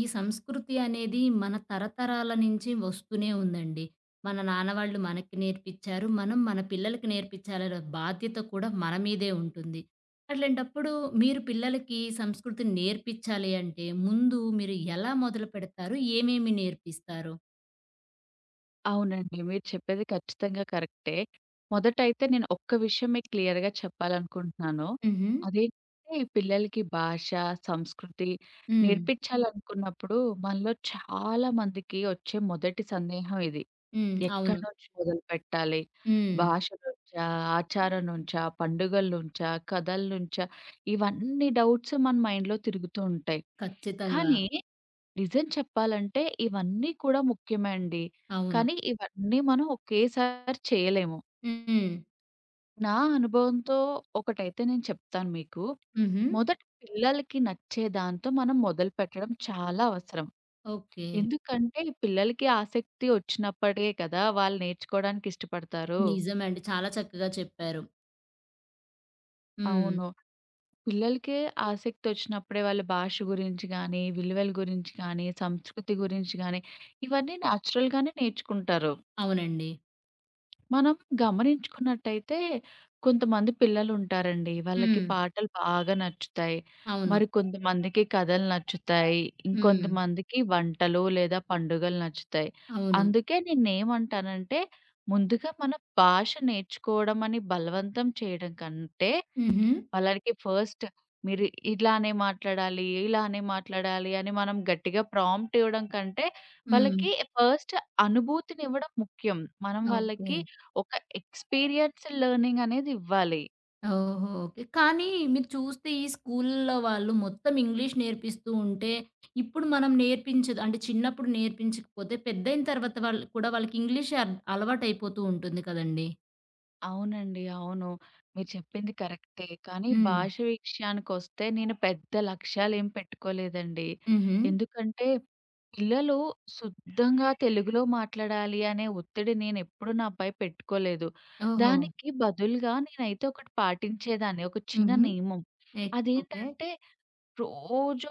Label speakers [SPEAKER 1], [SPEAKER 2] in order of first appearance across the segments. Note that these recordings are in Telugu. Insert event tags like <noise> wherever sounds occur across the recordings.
[SPEAKER 1] ఈ సంస్కృతి అనేది మన తరతరాల నుంచి వస్తూనే ఉందండి. మన నాన్న వాళ్ళు మనకి నేర్పిచ్చారు. మనం మన పిల్లలకి నేర్పిచ్చాలన్న బాధ్యత కూడా మన మీదే ఉంటుంది. అట్లాంటప్పుడు మీరు పిల్లలకి సంస్కృతిని నేర్పిచ్చాలి అంటే ముందు మీరు ఎలా మొదలు పెడతారు? ఏమేమి నేర్పిస్తారు?
[SPEAKER 2] అవునండి. మీరు చెప్పేది ఖచ్చితంగా కరెక్టే. మొదటైతే నేను ఒక్క విషయం మీకు క్లియర్‌గా చెప్పాలనుకుంటున్నాను.
[SPEAKER 1] హుహు.
[SPEAKER 2] అదేంటంటే ఈ పిల్లలకి భాష, సంస్కృతి
[SPEAKER 1] హ్మ్.
[SPEAKER 2] నేర్పించాలనుకున్నప్పుడు మనలో చాలా మందికి వచ్చే మొదటి సందేహం ఇది.
[SPEAKER 1] హ్మ్.
[SPEAKER 2] ఎక్కడి
[SPEAKER 1] అవును.
[SPEAKER 2] నుంచి మొదలుపెట్టాలి?
[SPEAKER 1] హ్మ్.
[SPEAKER 2] భాష నుంచా? ఆచారం నుంచా? పండుగల నుంచా? కథల నుంచా? ఇవన్నీ డౌట్స్ మన మైండ్‌లో తిరుగుతూ ఉంటాయి.
[SPEAKER 1] ఖచ్చితంగా.
[SPEAKER 2] కానీ నిజం చెప్పాలంటే ఇవన్నీ కూడా ముఖ్యమే అండి.
[SPEAKER 1] అవును.
[SPEAKER 2] కానీ ఇవన్నీ మనం ఒకేసారి చేయలేము.
[SPEAKER 1] హ్మ్.
[SPEAKER 2] నా అనుభవంతో ఒకటైతే నేను చెప్తాను మీకు.
[SPEAKER 1] హుహు.
[SPEAKER 2] మొదట పిల్లలకి నచ్చే దాంతో మనం మొదలుపెట్టడం చాలా అవసరం.
[SPEAKER 1] ఓకే.
[SPEAKER 2] ఎందుకంటే ఈ పిల్లలకి ఆసక్తి వచ్చినప్పుడే కదా వాళ్ళు నేర్చుకోవడానికి ఇష్టపడతారు.
[SPEAKER 1] నిజమండి. చాలా చక్కగా చెప్పారు. హ్మ్.
[SPEAKER 2] అవును. పిల్లలకి ఆసక్తి వచ్చినప్పుడే వాళ్ళ భాష గురించి గానీ, విలువల గురించి గానీ, సంస్కృతి గురించి గానీ ఇవన్నీ నేచురల్‌గానే నేర్చుకుంటారు.
[SPEAKER 1] అవునండి.
[SPEAKER 2] మనం గమనించుకున్నట్టయితే కొంతమంది పిల్లలుంటారండి. వాళ్ళకి
[SPEAKER 1] హ్మ్.
[SPEAKER 2] పాటలు బాగా నచ్చుతాయి.
[SPEAKER 1] అవును.
[SPEAKER 2] మరి కొంతమందికి కథలు నచ్చుతాయి.
[SPEAKER 1] హ్మ్.
[SPEAKER 2] ఇంకొంతమందికి వంటలు లేదా పండుగలు నచ్చుతాయి.
[SPEAKER 1] అవును.
[SPEAKER 2] అందుకే నేనేమంటానంటే ముందుగా మన భాష నేర్చుకోవడం అని బలవంతం చేయడం కంటే
[SPEAKER 1] హుహు.
[SPEAKER 2] వాళ్ళకి ఫస్ట్ మీరు ఇలానే మాట్లాడాలి, ఇలానే మాట్లాడాలి అని మనం గట్టిగా ప్రాంప్ట్ ఇవ్వడం కంటే,
[SPEAKER 1] హ్మ్.
[SPEAKER 2] వాళ్ళకి ఫస్ట్ అనుభూతినివ్వడం ముఖ్యం. మనం
[SPEAKER 1] ఓకే.
[SPEAKER 2] వాళ్ళకి ఒక ఎక్స్‌పీరియన్స్ లెర్నింగ్ అనేది ఇవ్వాలి.
[SPEAKER 1] ఓహో! ఓకే. కానీ మీరు చూస్తే ఈ స్కూల్‌లో వాళ్ళు మొత్తం ఇంగ్లీష్ నేర్పిస్తూ ఉంటే, ఇప్పుడు మనం నేర్పించదు అంటే చిన్నప్పుడు నేర్పించకపోతే పెద్దయిన తర్వాత వాళ్ళు కూడా వాళ్ళకి ఇంగ్లీషే అలవాటయిపోతూ ఉంటుంది కదండీ!
[SPEAKER 2] అవునండి. అవును. మీరు చెప్పింది కరెక్టే. కానీ
[SPEAKER 1] హ్మ్.
[SPEAKER 2] భాష విషయానికొస్తే నేను పెద్ద లక్ష్యాలేం పెట్టుకోలేదండి.
[SPEAKER 1] హుహు.
[SPEAKER 2] ఎందుకంటే పిల్లలు శుద్ధంగా తెలుగులో మాట్లాడాలి అనే ఒత్తిడి నేనెప్పుడు నాపై పెట్టుకోలేదు.
[SPEAKER 1] ఓహో!
[SPEAKER 2] దానికి బదులుగా నేనైతే ఒకటి పాటించేదాన్ని. ఒక చిన్న
[SPEAKER 1] హుహు.
[SPEAKER 2] నియమం.
[SPEAKER 1] ఓకే.
[SPEAKER 2] అదేంటంటే రోజు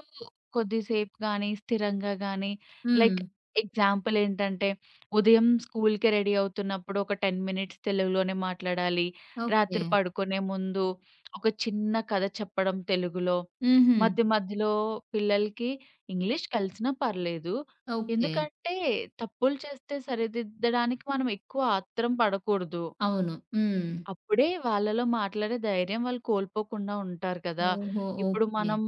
[SPEAKER 2] కొద్దిసేపు గానీ, స్థిరంగా గానీ
[SPEAKER 1] హ్మ్.
[SPEAKER 2] లైక్ ఎగ్జాంపుల్ ఏంటంటే, ఉదయం స్కూల్‌కి రెడీ అవుతున్నప్పుడు ఒక 10 మినిట్స్ తెలుగులోనే మాట్లాడాలి.
[SPEAKER 1] ఓకే.
[SPEAKER 2] రాత్రి పడుకునే ముందు ఒక చిన్న కథ చెప్పడం తెలుగులో.
[SPEAKER 1] హుహు.
[SPEAKER 2] మధ్య మధ్యలో పిల్లలకి ఇంగ్లీష్ కలిసినా పర్లేదు.
[SPEAKER 1] ఓకే.
[SPEAKER 2] ఎందుకంటే, తప్పులు చేస్తే సరిదిద్దడానికి మనం ఎక్కువ ఆత్రం పడకూడదు.
[SPEAKER 1] అవును. హ్మ్.
[SPEAKER 2] అప్పుడే వాళ్ళలో మాట్లాడే ధైర్యం వాళ్ళు కోల్పోకుండా ఉంటారు కదా!
[SPEAKER 1] ఓహో!
[SPEAKER 2] ఇప్పుడు
[SPEAKER 1] ఓకే.
[SPEAKER 2] మనం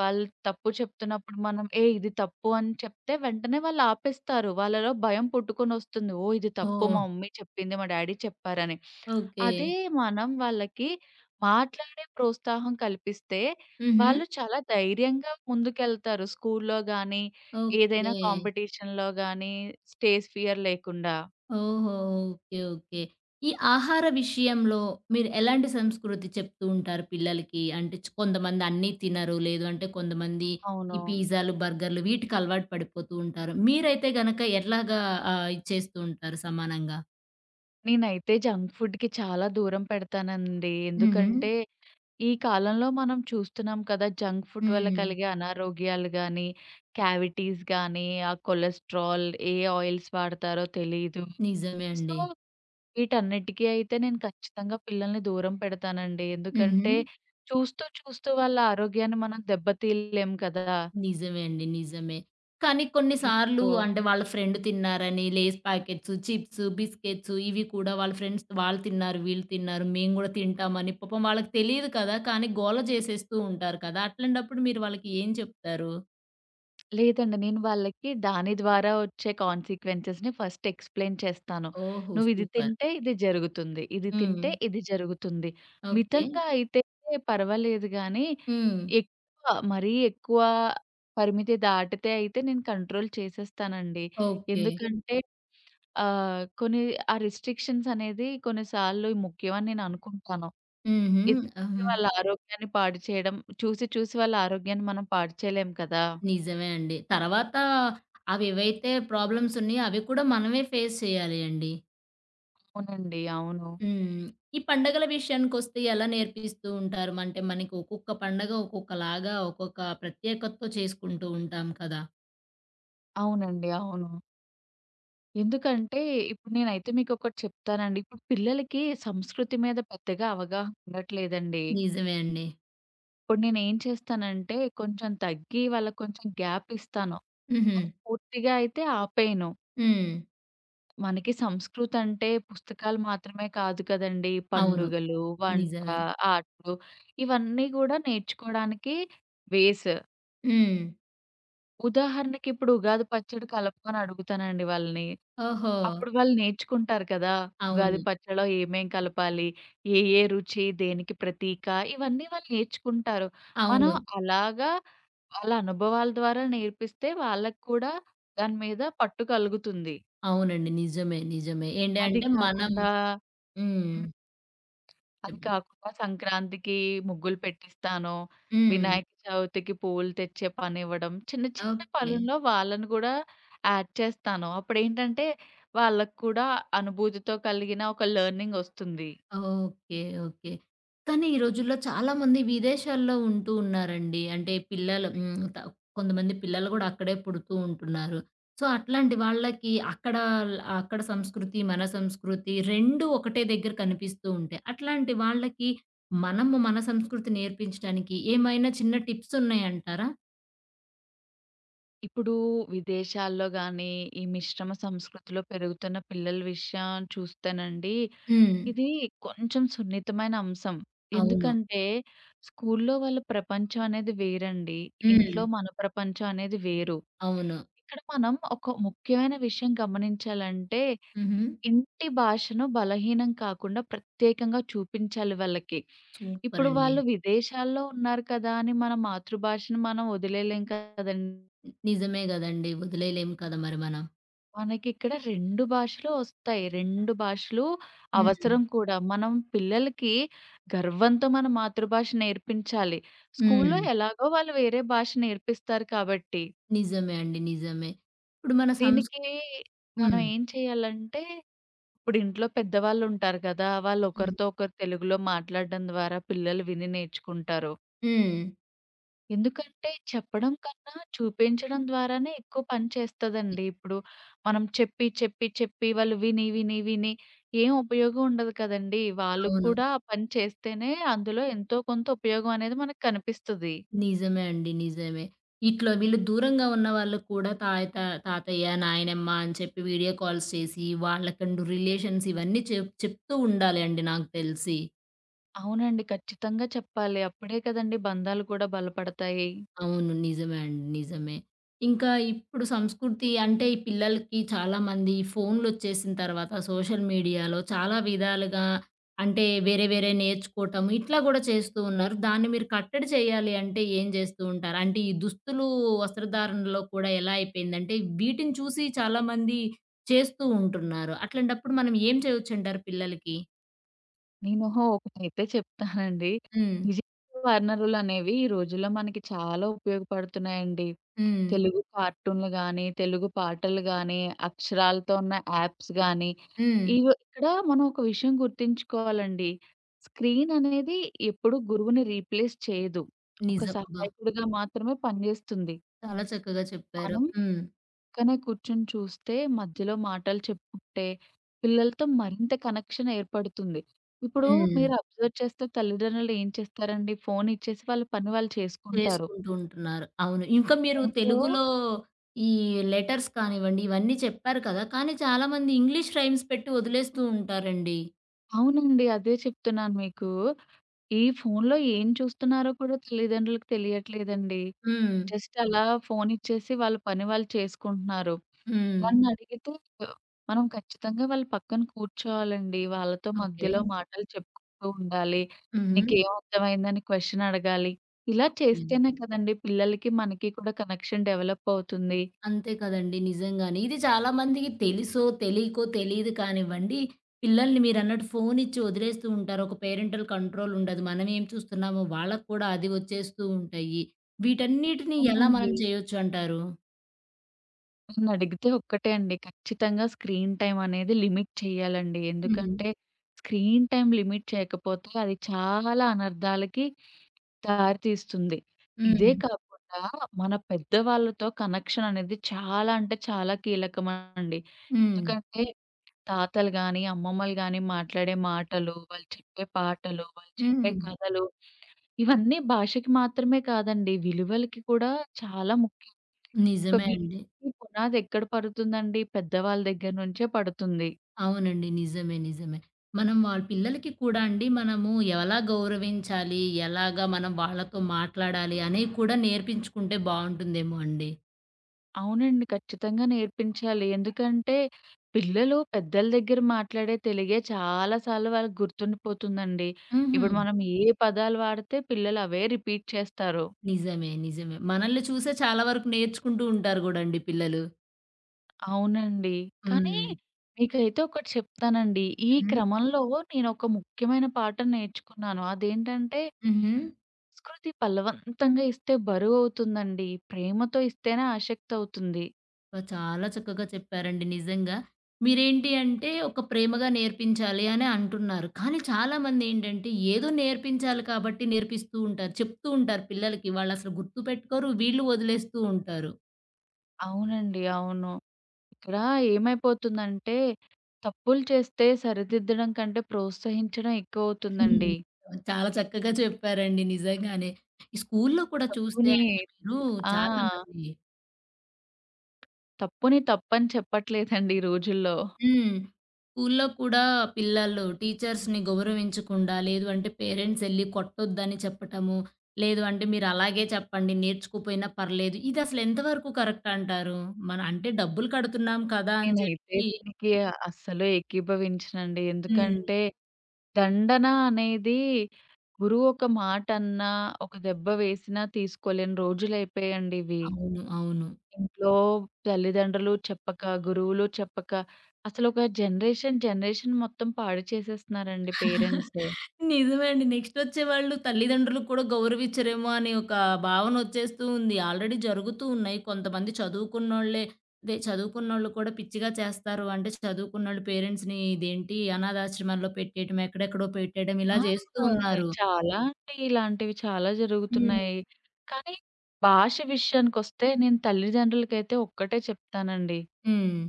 [SPEAKER 2] వాళ్ళు తప్పు చెప్తున్నప్పుడు మనం, "ఏ ఇది తప్పు" అని చెప్తే వెంటనే వాళ్ళు ఆపేస్తారు. వాళ్ళలో భయం పుట్టుకొనొస్తుంది. ఓహ్! ఇది తప్పు
[SPEAKER 1] ఓహ్!
[SPEAKER 2] మా మమ్మీ చెప్పింది, మా డ్యాడీ చెప్పారని.
[SPEAKER 1] ఓకే.
[SPEAKER 2] అదే మనం వాళ్ళకి మాట్లాడే ప్రోత్సాహం కల్పిస్తే
[SPEAKER 1] హుహు.
[SPEAKER 2] వాళ్ళు చాలా ధైర్యంగా ముందుకెళ్తారు. స్కూల్లో గానీ, ఏదైనా
[SPEAKER 1] ఓకే.
[SPEAKER 2] కాంపిటీషన్‌లో గానీ, స్టేజ్ ఫియర్ లేకుండా.
[SPEAKER 1] ఓహో! ఓకే. ఓకే. ఈ ఆహార విషయంలో మీరు ఎలాంటి సంస్కృతి చెప్తూ ఉంటారు పిల్లలకి? అంటే కొంతమంది అన్నీ తినరు. లేదు అంటే కొంతమంది ఈ
[SPEAKER 2] అవును.
[SPEAKER 1] పిజ్జాలు, బర్గర్‌లు వీటికి అలవాటు పడిపోతూ ఉంటారు. మీరైతే గనక ఎట్లాగా ఆహ్, ఇది చేస్తూ ఉంటారు సమానంగా?
[SPEAKER 2] నేనైతే జంక్ ఫుడ్‌కి చాలా దూరం పెడతానండి.
[SPEAKER 1] హుహు.
[SPEAKER 2] ఎందుకంటే ఈ కాలంలో మనం చూస్తున్నాం కదా! జంక్ ఫుడ్ వల్ల
[SPEAKER 1] హ్మ్.
[SPEAKER 2] కలిగే అనారోగ్యాలు గానీ, క్యావిటీస్ గానీ, ఆ కొలెస్ట్రాల్, ఏ ఆయిల్స్ వాడతారో తెలీదు.
[SPEAKER 1] నిజమే
[SPEAKER 2] సో,
[SPEAKER 1] అండి.
[SPEAKER 2] వీటన్నిటికి అయితే నేను ఖచ్చితంగా పిల్లల్ని దూరం పెడతానండి.
[SPEAKER 1] హుహు.
[SPEAKER 2] ఎందుకంటే చూస్తూ, చూస్తూ వాళ్ళ ఆరోగ్యాన్ని మనం దెబ్బతీయలేం కదా!
[SPEAKER 1] నిజమే అండి. నిజమే. కానీ కొన్ని సార్లు
[SPEAKER 2] ఇప్పుడు.
[SPEAKER 1] అంటే వాళ్ళ ఫ్రెండ్ తిన్నారని లేస్ ప్యాకెట్స్, చిప్స్, బిస్కెట్స్ ఇవి కూడా వాళ్ళ ఫ్రెండ్స్ వాళ్ళు తిన్నారు, వీళ్ళు తిన్నారు, మేము గూడా తింటామని పాపం వాళ్ళకి తెలీదు కదా! కానీ గోల చేసేస్తూ ఉంటారు కదా! అట్లాంటప్పుడు మీరు వాళ్ళకి ఏం చెప్తారు?
[SPEAKER 2] లేదండి. నేను వాళ్ళకి దాని ద్వారా వచ్చే కాన్సీక్వెన్సెస్‌ని ఫస్ట్ ఎక్స్‌ప్లెయిన్ చేస్తాను.
[SPEAKER 1] ఓహో!
[SPEAKER 2] నువ్విది
[SPEAKER 1] సూపర్.
[SPEAKER 2] తింటే ఇది జరుగుతుంది. ఇది
[SPEAKER 1] హ్మ్.
[SPEAKER 2] తింటే ఇది జరుగుతుంది.
[SPEAKER 1] ఓకే.
[SPEAKER 2] మితంగా అయితే పర్వాలేదు గానీ,
[SPEAKER 1] హ్మ్.
[SPEAKER 2] ఎక్కువ మరీ ఎక్కువ పరిమితి దాటితే అయితే నేను కంట్రోల్ చేసేస్తానండి.
[SPEAKER 1] ఓకే.
[SPEAKER 2] ఎందుకంటే కొన్ని ఆ రిస్ట్రిక్షన్స్ అనేది కొన్నిసార్లు ముఖ్యమని నేను అనుకుంటాను.
[SPEAKER 1] హుహు.
[SPEAKER 2] ఎందుకంటే
[SPEAKER 1] ఆహా!
[SPEAKER 2] వాళ్ళ ఆరోగ్యాన్ని పాడు చేయడం చూసి చూసి వాళ్ళ ఆరోగ్యాన్ని మనం పాడు చేయలేం కదా!
[SPEAKER 1] నిజమే అండి. తర్వాత అవేవైతే ప్రాబ్లమ్స్ ఉన్నాయో అవి కూడా మనమే ఫేస్ చేయాలి అండి.
[SPEAKER 2] అవునండి. అవును.
[SPEAKER 1] హ్మ్. ఈ పండగల విషయానికొస్తే ఎలా నేర్పిస్తూ ఉంటారు? అంటే మనకి ఒక్కొక్క పండగ ఒక్కొక్కలాగా, ఒక్కొక్క ప్రత్యేకతతో చేసుకుంటూ ఉంటాం కదా!
[SPEAKER 2] అవునండి. అవును. ఎందుకంటే, ఇప్పుడు నేనైతే మీకొకటి చెప్తానండి. ఇప్పుడు పిల్లలకి సంస్కృతి మీద పెద్దగా అవగాహన ఉండట్లేదండి.
[SPEAKER 1] నిజమే అండి.
[SPEAKER 2] ఇప్పుడు నేనేం చేస్తానంటే, కొంచెం తగ్గి వాళ్ళకి కొంచెం గ్యాప్ ఇస్తాను.
[SPEAKER 1] హుహు.
[SPEAKER 2] కానీ పూర్తిగా అయితే ఆపేయను.
[SPEAKER 1] హ్మ్.
[SPEAKER 2] మనకి సంస్కృతి అంటే పుస్తకాలు మాత్రమే కాదు కదండీ!
[SPEAKER 1] అవును.
[SPEAKER 2] పండుగలు, వంట,
[SPEAKER 1] నిజమే.
[SPEAKER 2] ఆటలు ఇవన్నీ గూడా నేర్చుకోవడానికి బేస్.
[SPEAKER 1] హ్మ్.
[SPEAKER 2] ఉదాహరణకి ఇప్పుడు ఉగాది పచ్చడి కలపమని అడుగుతానండి వాళ్ళని.
[SPEAKER 1] ఓహో!
[SPEAKER 2] అప్పుడు వాళ్ళు నేర్చుకుంటారు కదా! ఉగాది
[SPEAKER 1] అవును.
[SPEAKER 2] పచ్చడిలో ఏమేం కలపాలి? ఏ ఏ రుచి దేనికి ప్రతీక? ఇవన్నీ వాళ్ళు నేర్చుకుంటారు. మనం
[SPEAKER 1] అవును.
[SPEAKER 2] అలాగా వాళ్ళ అనుభవాల ద్వారా నేర్పిస్తే వాళ్ళకి కూడా దాని మీద పట్టు కలుగుతుంది.
[SPEAKER 1] అవునండి. నిజమే. నిజమే.
[SPEAKER 2] అది
[SPEAKER 1] ఏంటంటే మనం
[SPEAKER 2] కాకుండా
[SPEAKER 1] హ్మ్.
[SPEAKER 2] హ్మ్. అది
[SPEAKER 1] చెప్పండి.
[SPEAKER 2] కాకుండా సంక్రాంతికి ముగ్గులు పెట్టిస్తాను.
[SPEAKER 1] హ్మ్.
[SPEAKER 2] వినాయక చవితికి పువ్వులు తెచ్చే పనివ్వడం. చిన్న చిన్న
[SPEAKER 1] ఓకే.
[SPEAKER 2] పనుల్లో వాళ్ళని కూడా యాడ్ చేస్తాను. అప్పుడేంటంటే వాళ్ళకి కూడా అనుభూతితో కలిగిన ఒక లెర్నింగ్ ఒస్తుంది.
[SPEAKER 1] ఓకే. ఓకే. కానీ ఈ రోజుల్లో చాలామంది విదేశాల్లో ఉంటూ ఉన్నారండి. అంటే పిల్లలు హ్మ్. కొంతమంది పిల్లలు గూడా అక్కడే పుడుతూ ఉంటున్నారు. సో, అట్లాంటి వాళ్ళకి అక్కడ అక్కడ సంస్కృతి, మన సంస్కృతి 2 ఒకటే దగ్గర కనిపిస్తూ ఉంటాయి. అట్లాంటి వాళ్ళకి మనము మన సంస్కృతి నేర్పించడానికి ఏమైనా చిన్న టిప్స్ ఉన్నాయంటారా?
[SPEAKER 2] ఇప్పుడు విదేశాల్లో గానీ, ఈ మిశ్రమ సంస్కృతిలో పెరుగుతున్న పిల్లల విషయం చూస్తేనండి,
[SPEAKER 1] హ్మ్.
[SPEAKER 2] ఇది కొంచెం సున్నితమైన అంశం.
[SPEAKER 1] అవును.
[SPEAKER 2] ఎందుకంటే, స్కూల్లో వాళ్ళ ప్రపంచం అనేది వేరండి.
[SPEAKER 1] హ్మ్.
[SPEAKER 2] ఇంట్లో మన ప్రపంచం అనేది వేరు.
[SPEAKER 1] అవును.
[SPEAKER 2] ఇక్కడ మనం ఒక ముఖ్యమైన విషయం గమనించాలంటే,
[SPEAKER 1] హుహు.
[SPEAKER 2] ఇంటి భాషను బలహీనం కాకుండా ప్రత్యేకంగా చూపించాలి వాళ్ళకి. ఇప్పుడు
[SPEAKER 1] సూపరండి.
[SPEAKER 2] వాళ్ళు విదేశాల్లో ఉన్నారు కదా అని మన మాతృభాషను మనం వదిలేయలేం కదండీ!
[SPEAKER 1] నిజమే గదండీ. వదిలేయలేం కదా! మరి మనం.
[SPEAKER 2] మనకిక్కడ 2 భాషలు ఒస్తాయి. 2 భాషలు
[SPEAKER 1] హ్మ్.
[SPEAKER 2] అవసరం కూడా. మనం పిల్లలకి గర్వంతో మన మాతృభాష నేర్పించాలి. స్కూల్లో
[SPEAKER 1] హ్మ్.
[SPEAKER 2] ఎలాగో వాళ్ళు వేరే భాష నేర్పిస్తారు కాబట్టి,
[SPEAKER 1] నిజమే అండి. నిజమే. ఇప్పుడు మన
[SPEAKER 2] దీనికి మనం
[SPEAKER 1] హ్మ్.
[SPEAKER 2] ఏం చేయాలంటే, ఇప్పుడు ఇంట్లో పెద్దవాళ్ళుంటారు గదా!
[SPEAKER 1] హ్మ్.
[SPEAKER 2] వాళ్ళొకరితో ఒకరు తెలుగులో మాట్లాడడం ద్వారా పిల్లలు విని నేర్చుకుంటారు.
[SPEAKER 1] హ్మ్.
[SPEAKER 2] ఎందుకంటే చెప్పడం కన్నా చూపించడం ద్వారానే ఎక్కువ పని
[SPEAKER 1] ని
[SPEAKER 2] చేస్తదండి. ఇప్పుడు మనం చెప్పి, చెప్పి, చెప్పి వాళ్ళు విని, విని, విని ఏం ఉపయోగం ఉండదు కదండీ! వాళ్ళు
[SPEAKER 1] అవును.
[SPEAKER 2] కూడా ఆ పని చేస్తేనే అందులో ఎంతో కొంత ఉపయోగం అనేది మనకు కనిపిస్తది.
[SPEAKER 1] నిజమే అండి. నిజమే. ఇట్లో వీళ్ళు దూరంగా ఉన్న వాళ్ళకి కూడా తాతయ్య, నాయనమ్మ అని చెప్పి వీడియో కాల్స్ చేసి వాళ్ళకంటూ రిలేషన్స్ ఇవన్నీ చెప్తూ ఉండాలి అండి నాకు తెలిసి.
[SPEAKER 2] అవునండి. ఖచ్చితంగా చెప్పాలి. అప్పుడే కదండీ బంధాలు కూడా బలపడతాయి.
[SPEAKER 1] అవును. నిజమే అండి. నిజమే. ఇంకా ఇప్పుడు సంస్కృతి అంటే ఈ పిల్లలకి చాలామంది ఫోన్‌లొచ్చేసిన తర్వాత సోషల్ మీడియాలో చాలా విధాలుగా అంటే వేరే వేరే నేర్చుకోవటం ఇట్లా గూడా చేస్తూ ఉన్నారు. దాన్ని మీరు కట్టడి చేయాలి అంటే ఏం చేస్తూ ఉంటారు? అంటే ఈ దుస్తులు, వస్త్రధారణలో కూడా ఎలా అయిపోయిందంటే వీటిని చూసి చాలామంది చేస్తూ ఉంటున్నారు. అట్లాంటప్పుడు మనం ఏం చేయొచ్చంటారు పిల్లలకి?
[SPEAKER 2] నేను ఒకటైతే చెప్తానండి.
[SPEAKER 1] హ్మ్.
[SPEAKER 2] డిజిటల్ వనరులనేవి ఈ రోజుల్లో మనకి చాలా ఉపయోగపడుతున్నాయండి.
[SPEAKER 1] హ్మ్.
[SPEAKER 2] తెలుగు కార్టూన్‌లు గాని, తెలుగు పాటలు గాని, అక్షరాలతో ఉన్న యాప్స్ గాని,
[SPEAKER 1] హ్మ్.
[SPEAKER 2] ఇవి ఇక్కడ మనం ఒక విషయం గుర్తుంచుకోవాలండి. స్క్రీన్ అనేది ఎప్పుడు గురువుని రీప్లేస్ చేయదు. ఒక
[SPEAKER 1] నిజం. అబ్బా!
[SPEAKER 2] సహాయకుడిగా మాత్రమే పనిచేస్తుంది.
[SPEAKER 1] చాలా చక్కగా చెప్పారు.
[SPEAKER 2] మనం
[SPEAKER 1] హ్మ్.
[SPEAKER 2] పక్కనే కూర్చొని చూస్తే, మధ్యలో మాటలు చెప్పుకుంటే, పిల్లలతో మరింత కనెక్షన్ ఏర్పడుతుంది. ఇప్పుడు
[SPEAKER 1] హ్మ్.
[SPEAKER 2] మీరు అబ్జర్వ్ చేస్తే తల్లిదండ్రులు ఏం చేస్తారండి, ఫోన్ ఇచ్చేసి వాళ్ళ పని వాళ్ళు చేసుకుంటారు.
[SPEAKER 1] చేసుకుంటూ ఉంటున్నారు. అవును. ఇంకా మీరు
[SPEAKER 2] ఫోన్‌లో
[SPEAKER 1] తెలుగులో ఈ లెటర్స్ కానివ్వండి, ఇవన్నీ చెప్పారు కదా! కానీ చాలామంది ఇంగ్లీష్ రైమ్స్ పెట్టి వదిలేస్తూ ఉంటారండి.
[SPEAKER 2] అవునండి. అదే చెప్తున్నాను మీకు. ఈ ఫోన్‌లో ఏం చూస్తున్నారో కూడా తల్లిదండ్రులకు తెలియట్లేదండి.
[SPEAKER 1] హ్మ్.
[SPEAKER 2] జస్ట్ అలా ఫోన్ ఇచ్చేసి వాళ్ళ పని వాళ్ళు చేసుకుంటున్నారు.
[SPEAKER 1] హ్మ్.
[SPEAKER 2] నన్నడిగితే మనం ఖచ్చితంగా వాళ్ళ పక్కన కూర్చోవాలండి. వాళ్ళతో
[SPEAKER 1] ఓకే.
[SPEAKER 2] మధ్యలో మాటలు చెప్పుకుంటూ ఉండాలి.
[SPEAKER 1] హుహు.
[SPEAKER 2] "నీకేం అర్థమైందని?" క్వెషన్ అడగాలి. ఇలా
[SPEAKER 1] హ్మ్.
[SPEAKER 2] చేస్తేనే కదండీ పిల్లలకి, మనకి కూడా కనెక్షన్ డెవలప్ అవుతుంది.
[SPEAKER 1] అంతే కదండీ! నిజంగానే. ఇది చాలామందికి తెలుసో, తెలీకో, తెలీదు కానివ్వండి, పిల్లల్ని మీరన్నట్టు ఫోనిచ్చి వదిలేస్తూ ఉంటారు. ఒక పేరెంటల్ కంట్రోల్ ఉండదు. మనం ఏం చూస్తున్నామో వాళ్ళకి కూడా అది వచ్చేస్తూ ఉంటాయి. వీటన్నిటిని ఎలా
[SPEAKER 2] అవునండి.
[SPEAKER 1] మనం చేయొచ్చు అంటారు?
[SPEAKER 2] నన్నడిగితే ఒక్కటే అండి. ఖచ్చితంగా స్క్రీన్ టైమ్ అనేది లిమిట్ చేయాలండి.
[SPEAKER 1] హ్మ్.
[SPEAKER 2] ఎందుకంటే, స్క్రీన్ టైమ్ లిమిట్ చేయకపోతే అది చాలా అనర్థాలకి దారితీస్తుంది. ఇదే
[SPEAKER 1] హ్మ్.
[SPEAKER 2] కాకుండా మన పెద్దవాళ్ళతో కనెక్షన్ అనేది చాలా అంటే చాలా కీలకమండి.
[SPEAKER 1] హ్మ్.
[SPEAKER 2] ఎందుకంటే, తాతలు గాని, అమ్మమ్మలు గాని మాట్లాడే మాటలు, వాళ్ళు చెప్పే పాటలు, వాళ్ళు చెప్పే
[SPEAKER 1] హ్మ్.
[SPEAKER 2] కథలు ఇవన్నీ భాషకి మాత్రమే కాదండి, విలువలకి కూడా చాలా ముఖ్యం. ఒక
[SPEAKER 1] నిజమే అండి.
[SPEAKER 2] వీధికి పునాదెక్కడ పడుతుందండి? పెద్దవాళ్ళ దగ్గర నుంచే పడుతుంది.
[SPEAKER 1] అవునండి. నిజమే. నిజమే. మనం వాళ్ళ పిల్లలకి కూడా అండి మనము ఎలా గౌరవించాలి, ఎలాగా మనం వాళ్ళతో మాట్లాడాలి అనేవి కూడా నేర్పించుకుంటే బావుంటుందేమో అండి.
[SPEAKER 2] అవునండి. ఖచ్చితంగా నేర్పించాలి. ఎందుకంటే, పిల్లలు పెద్దల దగ్గర మాట్లాడే తెలుగే చాలా సార్లు వాళ్ళకి గుర్తుండిపోతుందండి.
[SPEAKER 1] హుహు.
[SPEAKER 2] ఇప్పుడు మనం ఏ పదాలు వాడితే పిల్లలు అవే రిపీట్ చేస్తారు.
[SPEAKER 1] నిజమే. నిజమే. మనల్ని చూసే చాలా వరకు నేర్చుకుంటూ ఉంటారు గూడండి పిల్లలు.
[SPEAKER 2] అవునండి. కానీ
[SPEAKER 1] హ్మ్.
[SPEAKER 2] మీకైతే ఒకటి చెప్తానండి. ఈ
[SPEAKER 1] హుహు.
[SPEAKER 2] క్రమంలో నేనొక ముఖ్యమైన పాఠం నేర్చుకున్నాను. అదేంటంటే,
[SPEAKER 1] హుహు.
[SPEAKER 2] సంస్కృతి బలవంతంగా ఇస్తే బరువవుతుందండి. ప్రేమతో ఇస్తేనే ఆసక్తవుతుంది.
[SPEAKER 1] అబ్బా! చాలా చక్కగా చెప్పారండి నిజంగా. మీరేంటి అంటే ఒక ప్రేమగా నేర్పించాలి అని అంటున్నారు. కానీ చాలామంది ఏంటంటే ఏదో నేర్పించాలి కాబట్టి నేర్పిస్తూ ఉంటారు. చెప్తూ ఉంటారు పిల్లలకి. వాళ్ళసలు గుర్తుపెట్టుకోరు. వీళ్ళు వదిలేస్తూ ఉంటారు.
[SPEAKER 2] అవునండి. అవును. ఇక్కడ ఏమైపోతుందంటే, తప్పులు చేస్తే సరిదిద్దడం కంటే ప్రోత్సహించడం
[SPEAKER 1] హ్మ్.
[SPEAKER 2] ఎక్కువవుతుందండి.
[SPEAKER 1] చాలా చక్కగా చెప్పారండి నిజంగానే. ఈ స్కూల్లో కూడా చూస్తే
[SPEAKER 2] తప్పుని
[SPEAKER 1] అండి మీరు
[SPEAKER 2] ఆ!
[SPEAKER 1] <laughs> చాలామంది
[SPEAKER 2] తప్పుని తప్పని చెప్పట్లేదండి ఈ రోజుల్లో.
[SPEAKER 1] హ్మ్. స్కూల్లో కూడా పిల్లలు టీచర్స్‌ని గౌరవించకుండా, లేదు అంటే పేరెంట్స్ ఎళ్లి కొట్టొద్దని చెప్పటము, లేదు అంటే మీరు అలాగే చెప్పండి నేర్చుకోపోయినా పర్లేదు. ఇది అసలు ఎంతవరకు కరెక్ట్ అంటారు? మన అంటే డబ్బులు కడుతున్నాం కదా! అని
[SPEAKER 2] నేనైతే
[SPEAKER 1] చెప్పి
[SPEAKER 2] దీనికి అస్సలు ఏకీభవించనండి.
[SPEAKER 1] హ్మ్.
[SPEAKER 2] ఎందుకంటే, దండన అనేది గురువు ఒక మాటన్నా, ఒక దెబ్బ వేసినా తీసుకోలేని రోజులైపోయాయండి ఇవి.
[SPEAKER 1] అవును. అవును.
[SPEAKER 2] ఇంట్లో తల్లిదండ్రులు చెప్పక, గురువులు చెప్పక, అసలొక జనరేషన్, జనరేషన్ మొత్తం పాడు చేసేస్తున్నారండి పేరెంట్స్.
[SPEAKER 1] నిజమే అండి. నెక్స్ట్ వచ్చేవాళ్ళు తల్లిదండ్రులకు కూడా గౌరవిచ్చరేమో అనే ఒక భావన వచ్చేస్తూ ఉంది. ఆల్రెడీ జరుగుతూ ఉన్నాయి. కొంతమంది చదువుకున్నోళ్ళే అదే చదువుకున్నోళ్ళు కూడా పిచ్చిగా చేస్తారు. అంటే చదువుకున్నోళ్ళు పేరెంట్స్‌ని ఇదేంటి అనాథాశ్రమాల్లో పెట్టేయడం, ఎక్కడెక్కడో పెట్టేయడం ఇలా
[SPEAKER 2] ఆ!
[SPEAKER 1] చేస్తూ ఉన్నారు.
[SPEAKER 2] చాలా అండి. ఇలాంటివి చాలా
[SPEAKER 1] హ్మ్.
[SPEAKER 2] జరుగుతున్నాయి. కానీ భాష విషయానికొస్తే నేను తల్లిదండ్రులకైతే ఒక్కటే చెప్తానండి.
[SPEAKER 1] హ్మ్.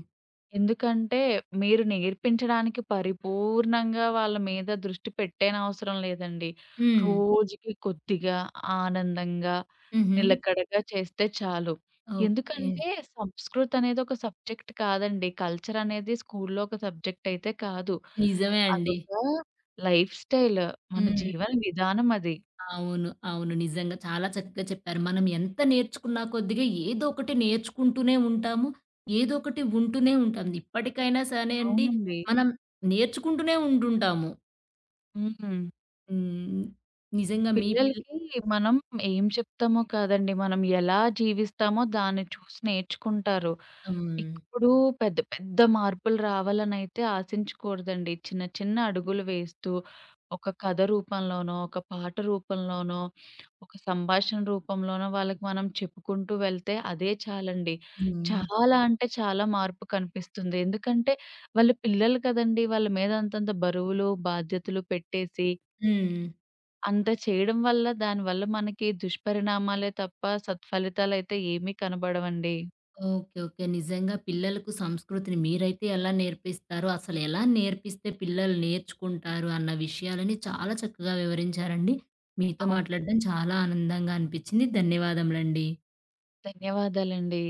[SPEAKER 2] ఎందుకంటే, మీరు నేర్పించడానికి పరిపూర్ణంగా వాళ్ళ మీద దృష్టి పెట్టేనవసరం లేదండి.
[SPEAKER 1] హ్మ్.
[SPEAKER 2] రోజుకి కొద్దిగా, ఆనందంగా,
[SPEAKER 1] హుహు.
[SPEAKER 2] నిలకడగా చేస్తే చాలు.
[SPEAKER 1] ఓకే.
[SPEAKER 2] ఎందుకంటే, సంస్కృత్ అనేది ఒక సబ్జెక్ట్ కాదండి. కల్చర్ అనేది స్కూల్లో ఒక సబ్జెక్ట్ అయితే కాదు.
[SPEAKER 1] నిజమే అండి.
[SPEAKER 2] అదొక లైఫ్ స్టైల్. మన
[SPEAKER 1] హ్మ్.
[SPEAKER 2] జీవన విధానం అది.
[SPEAKER 1] అవును. అవును. నిజంగా చాలా చక్కగా చెప్పారు. మనం ఎంత నేర్చుకున్న కొద్దిగా ఏదో ఒకటి నేర్చుకుంటూనే ఉంటాము. ఏదో ఒకటి ఉంటూనే ఉంటాం. ఇప్పటికైనా సరే అండి
[SPEAKER 2] అవునండి.
[SPEAKER 1] మనం నేర్చుకుంటూనే ఉంటుంటాము.
[SPEAKER 2] హ్మ్.
[SPEAKER 1] హ్మ్. నిజంగా మీ
[SPEAKER 2] పిల్లలకి మనం ఏం చెప్తామో కాదండి, మనం ఎలా జీవిస్తామో దాన్ని చూసి నేర్చుకుంటారు.
[SPEAKER 1] హ్మ్.
[SPEAKER 2] ఇప్పుడు పెద్ద పెద్ద మార్పులు రావాలనైతే ఆశించకూడదండి. చిన్న చిన్న అడుగులు వేస్తూ, ఒక కథ రూపంలోనో, ఒక పాట రూపంలోనో, ఒక సంభాషణ రూపంలోనో వాళ్ళకి మనం చెప్పుకుంటూ వెళ్తే అదే చాలండి.
[SPEAKER 1] హ్మ్.
[SPEAKER 2] చాలా అంటే చాలా మార్పు కనిపిస్తుంది. ఎందుకంటే వాళ్ళు పిల్లలు కదండీ! వాళ్ళ మీద అంతంత బరువులు, బాధ్యతలు పెట్టేసి
[SPEAKER 1] హ్మ్.
[SPEAKER 2] అంత చేయడం వల్ల దానివల్ల మనకి దుష్పరిణామాలే తప్ప సత్ఫలితాలైతే ఏమీ కనబడవండి.
[SPEAKER 1] ఓకే. ఓకే. నిజంగా పిల్లలకు సంస్కృతిని మీరైతే ఎలా నేర్పిస్తారు? అసలు ఎలా నేర్పిస్తే పిల్లలు నేర్చుకుంటారు అన్న విషయాలని చాలా చక్కగా వివరించారండి. మీతో
[SPEAKER 2] అవును.
[SPEAKER 1] మాట్లాడడం చాలా ఆనందంగా అనిపించింది. ధన్యవాదములండి.
[SPEAKER 2] ధన్యవాదాలండి.